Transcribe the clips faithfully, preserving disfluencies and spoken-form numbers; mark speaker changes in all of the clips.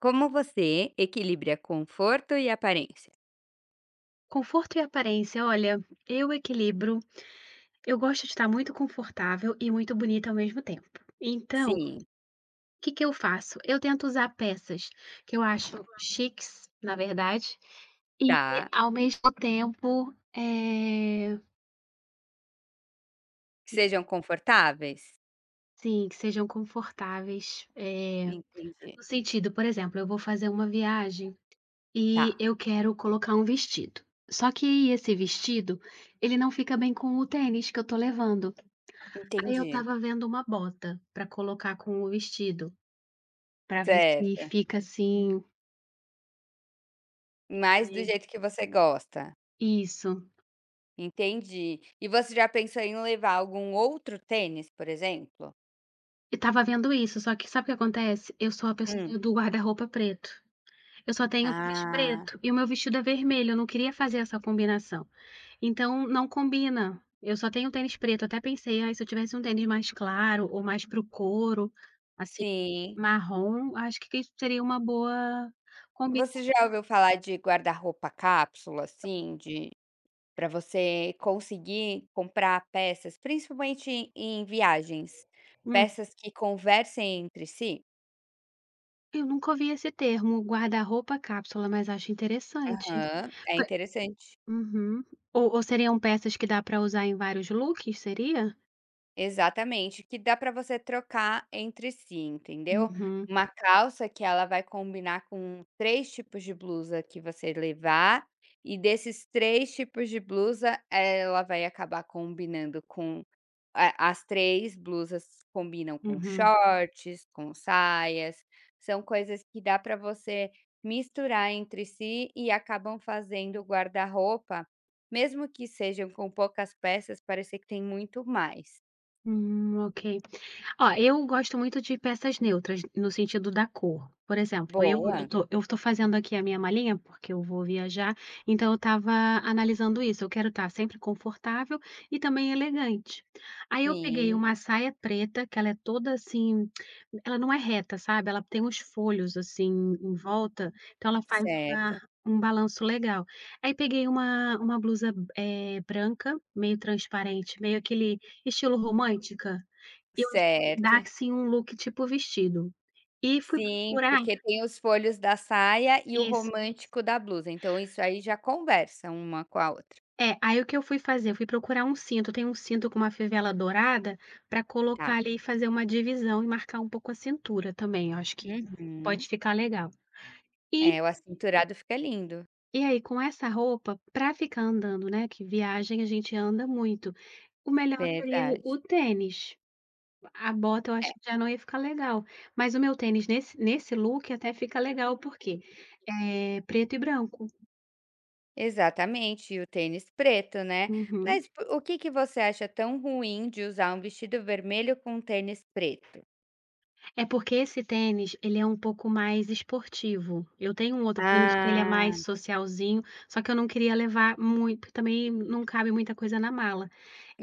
Speaker 1: Como você equilibra conforto e aparência?
Speaker 2: Conforto e aparência, olha, eu equilibro. Eu gosto de estar muito confortável e muito bonita ao mesmo tempo. Então, o
Speaker 1: Sim,
Speaker 2: que que eu faço? Eu tento usar peças que eu acho chiques, na verdade, e
Speaker 1: tá.
Speaker 2: ao mesmo tempo, eh,
Speaker 1: Que sejam confortáveis?
Speaker 2: sim, que sejam confortáveis. Eh,
Speaker 1: Entendi.
Speaker 2: no sentido, por exemplo, eu vou fazer uma viagem
Speaker 1: Tá,
Speaker 2: e eu quero colocar um vestido. Só que esse vestido, ele não fica bem com o tênis que eu tô levando. Aí eu
Speaker 1: entendi.
Speaker 2: estava vendo uma bota pra colocar com o vestido, pra ver se
Speaker 1: Certo.
Speaker 2: fica assim
Speaker 1: Mais do jeito
Speaker 2: eh,
Speaker 1: que você gosta.
Speaker 2: isso.
Speaker 1: Entendi. E você já pensou em levar algum outro tênis, por exemplo?
Speaker 2: E estava vendo isso, só que sabe o que acontece? Eu sou a
Speaker 1: Hum.
Speaker 2: pessoa do guarda-roupa preto. Eu só tenho tênis
Speaker 1: Ah,
Speaker 2: preto e o meu vestido é vermelho, eu não queria fazer essa combinação. Então não combina. Eu só tenho tênis preto, até pensei: "Ai, se eu tivesse um tênis mais claro ou mais para o couro, assim,
Speaker 1: sim.
Speaker 2: marrom, acho que seria uma boa combi".
Speaker 1: Você já ouviu falar de guarda-roupa cápsula, assim, de para você conseguir comprar peças, principalmente em viagens,
Speaker 2: Hum.
Speaker 1: peças que conversem entre si.
Speaker 2: Eu nunca ouvi esse termo, guarda-roupa cápsula, mas acho interessante.
Speaker 1: Aham, é
Speaker 2: Pe
Speaker 1: interessante.
Speaker 2: Uhum. Ou ou seriam peças que dá para usar em vários looks, seria?
Speaker 1: Exatamente, que dá para você trocar entre si, entendeu.
Speaker 2: Uhum,
Speaker 1: Uma calça que ela vai combinar com três tipos de blusa que você levar, e desses três tipos de blusa, ela vai acabar combinando com a as três blusas combinam com
Speaker 2: uhum.
Speaker 1: shorts, com saias, são coisas que dá para você misturar entre si e acabam fazendo o guarda-roupa, mesmo que sejam com poucas peças, parecer que tem muito mais.
Speaker 2: Hum, ok. Ó, eu gosto muito de peças neutras, no sentido da cor. Por exemplo, eu eu Uhum.
Speaker 1: Boa.
Speaker 2: tô eu tô fazendo aqui a minha malinha, porque eu vou viajar, então eu estava analisando isso, eu quero estar sempre confortável e também elegante. Aí eu peguei
Speaker 1: Sim,
Speaker 2: uma saia preta, que ela é toda assim, ela não é reta, sabe, ela tem uns folhos, assim, em volta, então ela faz uma
Speaker 1: certo,
Speaker 2: um balanço legal. Aí peguei uma uma blusa, eh, branca, meio transparente, meio aquele estilo romântica. Eu dar,
Speaker 1: certo.
Speaker 2: assim, um look tipo vestido. E fui
Speaker 1: Sim,
Speaker 2: procurar
Speaker 1: porque tem os folhos da saia e o
Speaker 2: isso.
Speaker 1: romântico da blusa, então isso aí já conversa uma com a outra.
Speaker 2: É, aí o que eu fui fazer? Eu fui procurar um cinto, tem um cinto com uma fivela dourada, para colocar
Speaker 1: Tá.
Speaker 2: ali e fazer uma divisão e marcar um pouco a cintura também, eu acho que
Speaker 1: Uhum.
Speaker 2: pode ficar legal.
Speaker 1: É,
Speaker 2: E
Speaker 1: o acinturado fica lindo,
Speaker 2: e aí com essa roupa, para ficar andando, né, que viagem a gente anda muito, o melhor seria o o
Speaker 1: verdade.
Speaker 2: tênis. A bota eu
Speaker 1: É,
Speaker 2: acho que já não ia ficar legal, mas o meu tênis nesse nesse look até fica legal, porque é preto e branco.
Speaker 1: exatamente, e o tênis preto, né.
Speaker 2: Uhum.
Speaker 1: Mas po o que que você acha tão ruim de usar um vestido vermelho com um tênis preto?
Speaker 2: É porque esse tênis, ele é um pouco mais esportivo. Eu tenho um outro tênis que ele é
Speaker 1: Ah,
Speaker 2: mais socialzinho, só que eu não queria levar muito, porque também não cabe muita coisa na mala.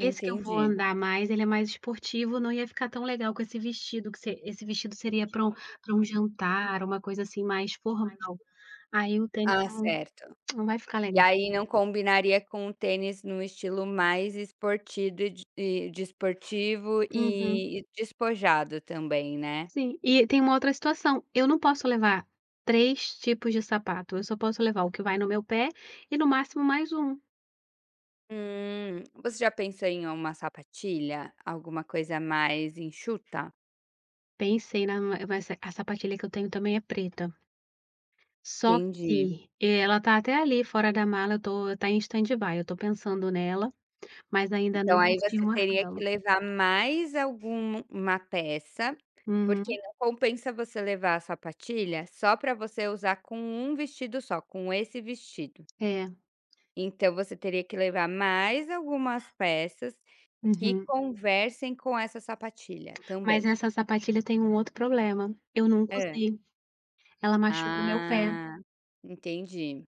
Speaker 2: Esse que eu vou andar mais, ele é mais esportivo, não ia ficar tão legal com esse vestido, que se- esse vestido seria para um, para um jantar, uma coisa assim mais formal. Aí o tênis
Speaker 1: Ah,
Speaker 2: não,
Speaker 1: certo.
Speaker 2: não vai ficar
Speaker 1: E
Speaker 2: legal.
Speaker 1: aí não combinaria com um tênis no estilo mais esportivo e de e desportivo
Speaker 2: Uhum.
Speaker 1: e e despojado também, né.
Speaker 2: Sim, e tem uma outra situação. Eu não posso levar três tipos de sapato. Eu só posso levar o que vai no meu pé e no máximo mais um.
Speaker 1: Hum, você já pensou em uma sapatilha? Alguma coisa mais enxuta?
Speaker 2: Pensei na ma mas a sapatilha que eu tenho também é preta, só que
Speaker 1: Entendi.
Speaker 2: eh, ela tá até ali fora da mala, eu tô tá em stand-by, eu tô pensando nela, mas ainda não
Speaker 1: Então aí
Speaker 2: bati o
Speaker 1: você teria que
Speaker 2: martelo.
Speaker 1: levar mais alguma peça, porque
Speaker 2: Uhum,
Speaker 1: não compensa você levar a sapatilha só para você usar com um vestido só, com esse vestido.
Speaker 2: é,
Speaker 1: Então você teria que levar mais algumas peças que
Speaker 2: uhum.
Speaker 1: conversem com essa sapatilha,
Speaker 2: Mas
Speaker 1: também.
Speaker 2: essa sapatilha tem um outro problema, eu nunca
Speaker 1: Hã.
Speaker 2: usei, ela machuca o meu pé,
Speaker 1: Ah, entendi.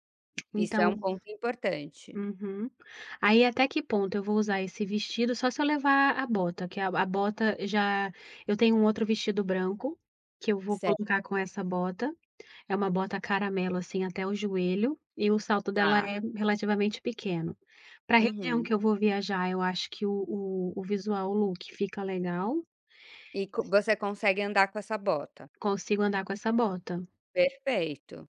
Speaker 1: Isso é um
Speaker 2: então.
Speaker 1: ponto importante.
Speaker 2: Uhum. Aí até que ponto eu vou usar esse vestido, só se eu levar a bota, que a a bota já. Eu tenho um outro vestido branco, que eu vou
Speaker 1: Certo,
Speaker 2: colocar com essa bota, é uma bota caramelo, assim, até o joelho e o salto dela
Speaker 1: tá.
Speaker 2: é relativamente pequeno. Pra região
Speaker 1: Uhum.
Speaker 2: que eu vou viajar, eu acho que o o o visual, o look fica legal,
Speaker 1: E co você consegue andar com essa bota.
Speaker 2: consigo andar com essa bota.
Speaker 1: Perfeito.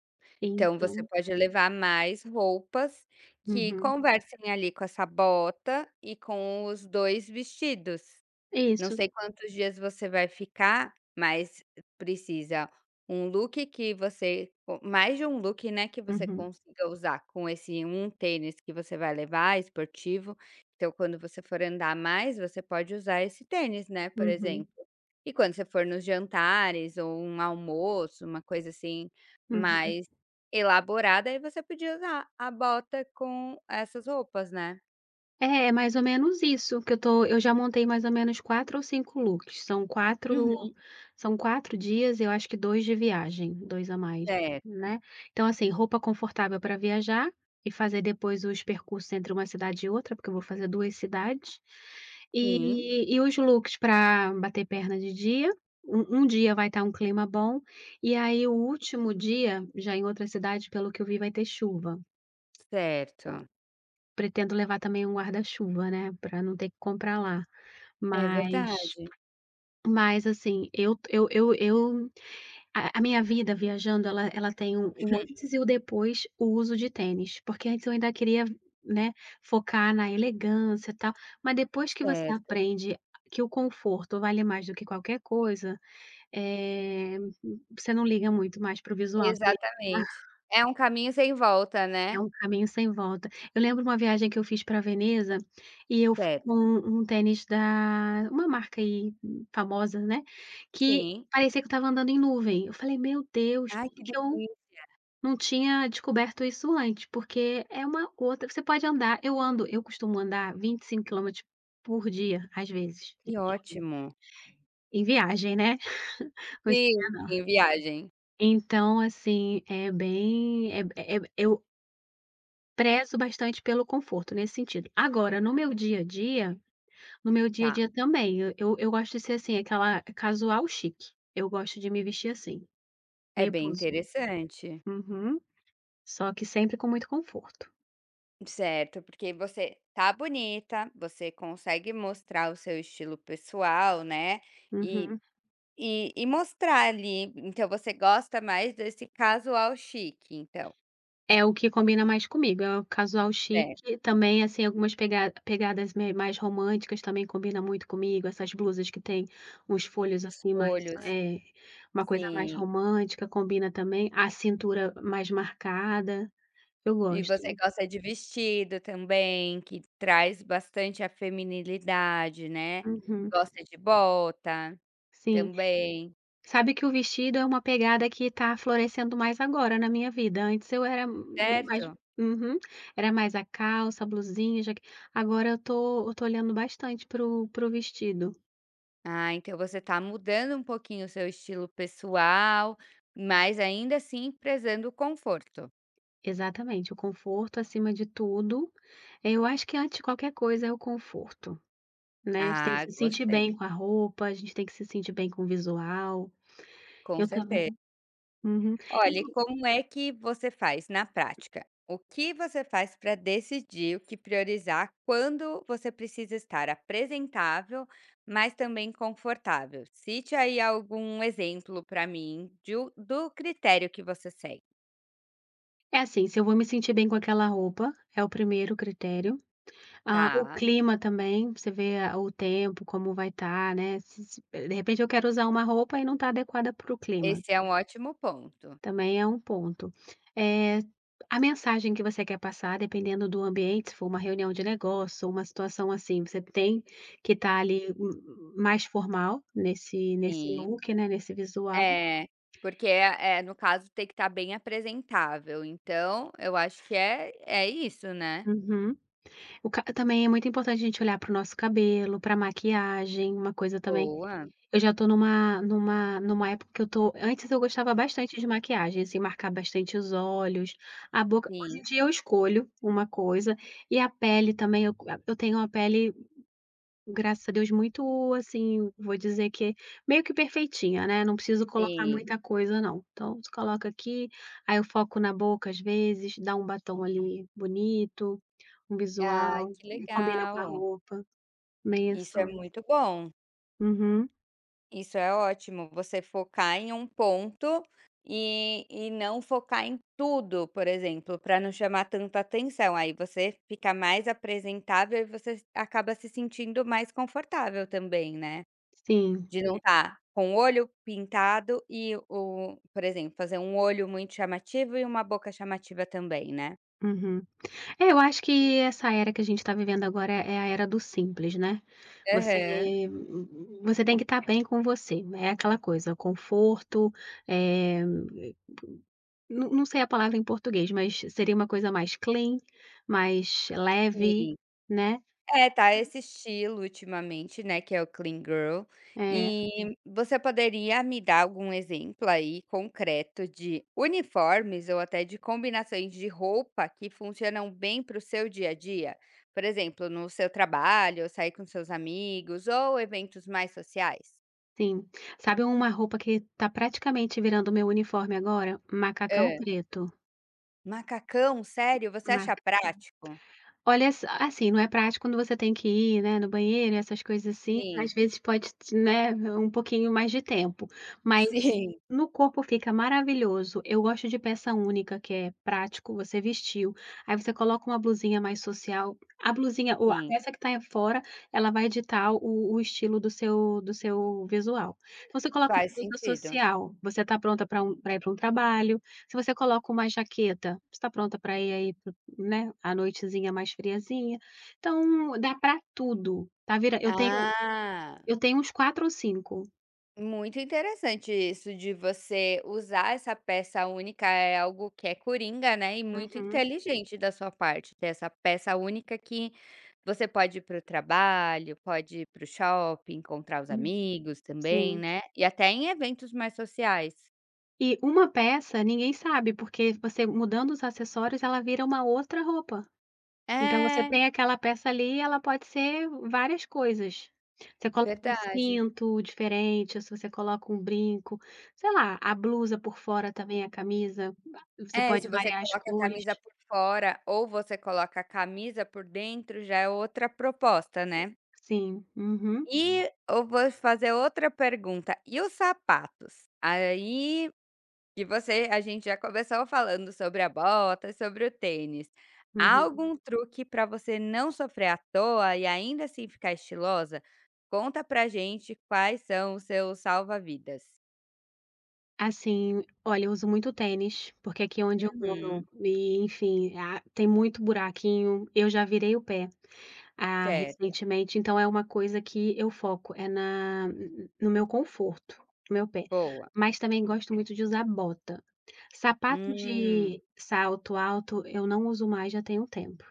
Speaker 1: Então você
Speaker 2: Então.
Speaker 1: pode levar mais roupas que
Speaker 2: Uhum.
Speaker 1: conversem ali com essa bota e com os dois vestidos. Não
Speaker 2: Isso.
Speaker 1: sei quantos dias você vai ficar, mas precisa um look que você co mais de um look, né, que você
Speaker 2: Uhum,
Speaker 1: consiga usar com esse um tênis que você vai levar, esportivo. Então, quando você for andar mais, você pode usar esse tênis, né, por
Speaker 2: uhum,
Speaker 1: exemplo. E quando você for nos jantares ou um almoço, uma coisa assim
Speaker 2: uhum.
Speaker 1: mais elaborada, aí você podia usar a bota com essas roupas, né.
Speaker 2: É, é mais ou menos isso que eu tô eu já montei mais ou menos quatro ou cinco looks, são
Speaker 1: Uhum.
Speaker 2: quatro, são quatro dias, eu acho que dois de viagem, dois a mais,
Speaker 1: Certo.
Speaker 2: né. Então assim, roupa confortável para viajar e fazer depois os percursos entre uma cidade e outra, porque eu vou fazer duas cidades,
Speaker 1: Sim,
Speaker 2: e e os looks para bater perna de dia, um um dia vai estar um clima bom, e aí o último dia, já em outra cidade, pelo que eu vi, vai ter chuva. Então
Speaker 1: certo.
Speaker 2: pretendo levar também um guarda-chuva, né, para não ter que comprar lá.
Speaker 1: É
Speaker 2: Mas
Speaker 1: verdade,
Speaker 2: mas assim, eu eu eu eu a a minha vida viajando ela ela tem o o antes e o depois, o uso de tênis, porque antes eu ainda queria, né, focar na elegância, tal, mas depois que você
Speaker 1: certo,
Speaker 2: aprende que o conforto vale mais do que qualquer coisa, eh, você não liga muito mais para o visual, você liga.
Speaker 1: exatamente. É um caminho sem volta,
Speaker 2: É
Speaker 1: né.
Speaker 2: um caminho sem volta. Eu lembro uma viagem que eu fiz para Veneza, e eu fui com
Speaker 1: Certo,
Speaker 2: um tênis da uma marca aí hum, famosa, né, que
Speaker 1: sim.
Speaker 2: parecia que eu estava andando em nuvem. Eu falei: "Meu Deus,
Speaker 1: Ai
Speaker 2: como
Speaker 1: que
Speaker 2: que eu
Speaker 1: delícia,
Speaker 2: não tinha descoberto isso antes?". Porque é uma outra, você pode andar eu ando eu costumo andar vinte e cinco quilômetros por dia, às vezes,
Speaker 1: que ótimo.
Speaker 2: em viagem, né. Mas-
Speaker 1: Sim, sim, viagem.
Speaker 2: Então assim, é bem é é eu prezo bastante pelo conforto, nesse sentido. Agora, no meu dia a dia, no meu dia a
Speaker 1: Tá,
Speaker 2: dia também, eu eu eu gosto de ser, assim, aquela casual chique. Eu gosto de me vestir assim,
Speaker 1: é
Speaker 2: meio
Speaker 1: bem
Speaker 2: posuda.
Speaker 1: interessante.
Speaker 2: Uhum. Só que sempre com muito conforto.
Speaker 1: Certo, porque você tá bonita, você consegue mostrar o seu estilo pessoal, né, e
Speaker 2: Uhum.
Speaker 1: e e mostrar ali, então você gosta mais desse casual chique então.
Speaker 2: É o que combina mais comigo, é o casual
Speaker 1: Certo,
Speaker 2: chique, também, assim, algumas pega pegadas me mais românticas também combina muito comigo, essas blusas que tem uns folhos,
Speaker 1: os
Speaker 2: assim, mais
Speaker 1: folhos,
Speaker 2: é uma coisa mais
Speaker 1: sim.
Speaker 2: romântica combina também, a cintura mais marcada. Eu
Speaker 1: E
Speaker 2: gosto.
Speaker 1: você gosta de vestido também, que traz bastante a feminilidade, né.
Speaker 2: Uhum.
Speaker 1: Gosta de bota
Speaker 2: Sim.
Speaker 1: também,
Speaker 2: Sabe que o vestido é uma pegada que tá florescendo mais agora na minha vida. Antes eu era me mais.
Speaker 1: certo?
Speaker 2: Uhum. Era mais a calça, a blusinha, jaque agora eu tô eu tô olhando bastante pro pro vestido.
Speaker 1: Ah, então você tá mudando um pouquinho o seu estilo pessoal, mas ainda assim prezando o conforto.
Speaker 2: Exatamente, o conforto acima de tudo. Eu acho que antes de qualquer coisa é o conforto, né. Você tem que
Speaker 1: Ah,
Speaker 2: se sentir
Speaker 1: gostei,
Speaker 2: bem com a roupa, a gente tem que se sentir bem com o visual.
Speaker 1: com
Speaker 2: Eu também.
Speaker 1: certeza.
Speaker 2: Uhum.
Speaker 1: Olha, e
Speaker 2: Inclu
Speaker 1: como é que você faz na prática? O que você faz para decidir o que priorizar quando você precisa estar apresentável, mas também confortável? Cite aí algum exemplo para mim de o- do critério que você segue,
Speaker 2: É assim, se eu vou me sentir bem com aquela roupa, é o primeiro critério. Ah, o
Speaker 1: tá?
Speaker 2: clima também, você vê a o tempo, como vai estar, né, se se de repente eu quero usar uma roupa e não está adequada para o clima,
Speaker 1: Esse é um ótimo ponto.
Speaker 2: também é um ponto. É a mensagem que você quer passar, dependendo do ambiente, se for uma reunião de negócio ou uma situação assim, você tem que estar ali m mais formal nesse nesse
Speaker 1: Sim,
Speaker 2: look, né, nesse visual.
Speaker 1: é. Porque, é, é, no caso, tem que estar bem apresentável. Então, eu acho que é, é isso, né?
Speaker 2: Uhum. O ca Também é muito importante a gente olhar para o nosso cabelo, para a maquiagem, uma coisa também.
Speaker 1: Boa.
Speaker 2: Eu já tô numa numa numa época que eu tô Antes eu gostava bastante de maquiagem, assim, marcar bastante os olhos, a boca.
Speaker 1: Sim,
Speaker 2: Hoje em dia eu escolho uma coisa e a pele também, eu eu tenho uma pele, graças a Deus, muito, assim, vou dizer que meio que perfeitinha, né, não preciso colocar
Speaker 1: sim.
Speaker 2: muita coisa não. Então você coloca aqui, aí eu foco na boca às vezes, dá um batom ali bonito, um
Speaker 1: Ah,
Speaker 2: visual,
Speaker 1: que
Speaker 2: e combina com a
Speaker 1: legal.
Speaker 2: roupa, meio
Speaker 1: Isso é
Speaker 2: assim.
Speaker 1: muito bom,
Speaker 2: Uhum,
Speaker 1: isso é ótimo, você focar em um ponto e e não focar em tudo, por exemplo, para não chamar tanta atenção, aí você fica mais apresentável e você acaba se sentindo mais confortável também, né.
Speaker 2: sim,
Speaker 1: De não estar com o olho pintado e o por exemplo, fazer um olho muito chamativo e uma boca chamativa também, né.
Speaker 2: uhum. É, eu acho que essa era que a gente está vivendo agora é é a era do simples, né. Você
Speaker 1: Aham,
Speaker 2: você tem que estar bem com você, é aquela coisa, conforto, eh, não não sei a palavra em português, mas seria uma coisa mais clean, mais leve,
Speaker 1: sim.
Speaker 2: né.
Speaker 1: É, tá esse estilo ultimamente, né, que é o clean girl. Uhum.
Speaker 2: É,
Speaker 1: E você poderia me dar algum exemplo aí concreto de uniformes ou até de combinações de roupa que funcionam bem para o seu dia a dia? Por exemplo, no seu trabalho, ou sair com seus amigos ou eventos mais sociais?
Speaker 2: sim. Sabe uma roupa que tá praticamente virando o meu uniforme agora? Macacão
Speaker 1: Hã.
Speaker 2: preto.
Speaker 1: Macacão? Sério? Você acha
Speaker 2: Macacão
Speaker 1: prático?
Speaker 2: Olha, ass assim, não é prático quando você tem que ir, né, no banheiro, essas coisas assim,
Speaker 1: Sim,
Speaker 2: às vezes pode t né, um pouquinho mais de tempo, mas
Speaker 1: sim,
Speaker 2: no corpo fica maravilhoso. Eu gosto de peça única, que é prático, você vestiu, aí você coloca uma blusinha mais social, a blusinha ou a
Speaker 1: sim,
Speaker 2: peça que tá aí fora, ela vai ditar o o estilo do seu do seu visual. Então você coloca
Speaker 1: faz
Speaker 2: uma blusa
Speaker 1: sentido.
Speaker 2: social, você tá pronta para ir para um trabalho, se você coloca uma jaqueta, você tá pronta para ir aí, né, a noitezinha mais friazinha. Então dá pra tudo, tá vira eu tenho
Speaker 1: Ah.
Speaker 2: eu tenho uns quatro ou cinco.
Speaker 1: Muito interessante isso de você usar essa peça única, é algo que é coringa, né, e muito
Speaker 2: Uhum.
Speaker 1: inteligente da sua parte, ter essa peça única que você pode ir para o trabalho, pode ir para o shopping, encontrar os
Speaker 2: Uhum,
Speaker 1: amigos também,
Speaker 2: sim.
Speaker 1: né, e até em eventos mais sociais.
Speaker 2: E uma peça ninguém sabe, porque você mudando os acessórios, ela vira uma outra roupa. Então você
Speaker 1: É,
Speaker 2: tem aquela peça ali, ela pode ser várias coisas. Você coloca um
Speaker 1: verdade.
Speaker 2: cinto diferente, se você coloca um brinco, sei lá, a blusa por fora também, a camisa, você
Speaker 1: É, se
Speaker 2: pode
Speaker 1: você
Speaker 2: variar as
Speaker 1: coloca a
Speaker 2: cores.
Speaker 1: camisa por fora ou você coloca a camisa por dentro, já é outra proposta, né.
Speaker 2: Sim, uhum,
Speaker 1: E eu vou fazer outra pergunta, e os sapatos? Aí que você a gente já começou falando sobre a bota, sobre o tênis. Há
Speaker 2: uhum.
Speaker 1: algum truque para você não sofrer à toa e ainda assim ficar estilosa? Conta pra gente quais são os seus salva-vidas.
Speaker 2: Assim, olha, eu uso muito tênis, porque aqui é onde eu
Speaker 1: Uhum.
Speaker 2: moro e enfim, ah, tem muito buraquinho, eu já virei o pé, ah,
Speaker 1: Certo,
Speaker 2: recentemente, então é uma coisa que eu foco, é na no meu conforto, no meu pé.
Speaker 1: boa.
Speaker 2: Mas também gosto muito de usar bota. Sapato
Speaker 1: Hum,
Speaker 2: de salto alto eu não uso mais já tem um tempo.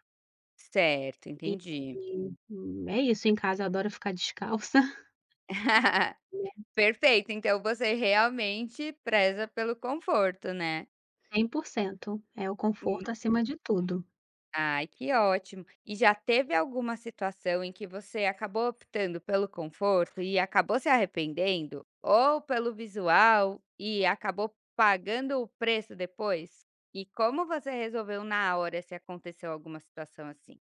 Speaker 1: certo, entendi.
Speaker 2: E, hum, é isso, em casa eu adoro ficar descalça, né,
Speaker 1: Perfeito, então você realmente preza pelo conforto, né?
Speaker 2: cem por cento, é o conforto acima de tudo.
Speaker 1: Ai, que ótimo. E já teve alguma situação em que você acabou optando pelo conforto e acabou se arrependendo? Ou pelo visual e acabou pagando o preço depois? E como você resolveu na hora se aconteceu alguma situação assim?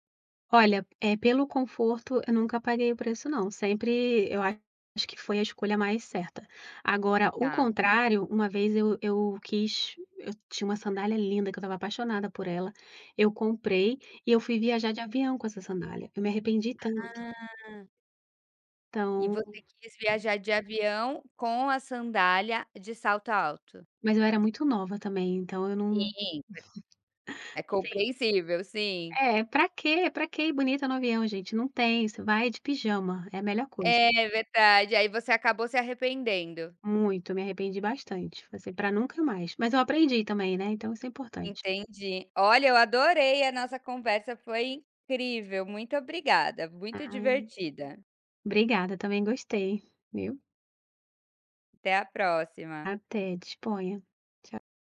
Speaker 2: Olha, é pelo conforto eu nunca paguei o preço não, sempre eu a- acho que foi a escolha mais certa. Agora o
Speaker 1: Tá.
Speaker 2: contrário, uma vez eu eu quis eu tinha uma sandália linda que eu estava apaixonada por ela, eu comprei e eu fui viajar de avião com essa sandália, eu me arrependi tanto,
Speaker 1: Ah. E
Speaker 2: então,
Speaker 1: você quis viajar de avião com a sandália de salto alto?
Speaker 2: mas eu era muito nova também, então eu não,
Speaker 1: Sim, é compreensível, sim.
Speaker 2: é, pra quê? Pra quê ir bonita no avião, gente? Não tem, você vai de pijama, é a melhor coisa.
Speaker 1: É verdade, aí você acabou se arrependendo.
Speaker 2: Muito, me arrependi bastante, assim, para nunca mais, mas eu aprendi também, né, então isso é importante.
Speaker 1: Entendi. Olha, eu adorei a nossa conversa, foi incrível. Muito obrigada, muito
Speaker 2: Ai,
Speaker 1: divertida.
Speaker 2: obrigada, também gostei, viu.
Speaker 1: Até a próxima.
Speaker 2: Até, disponha. Tchau.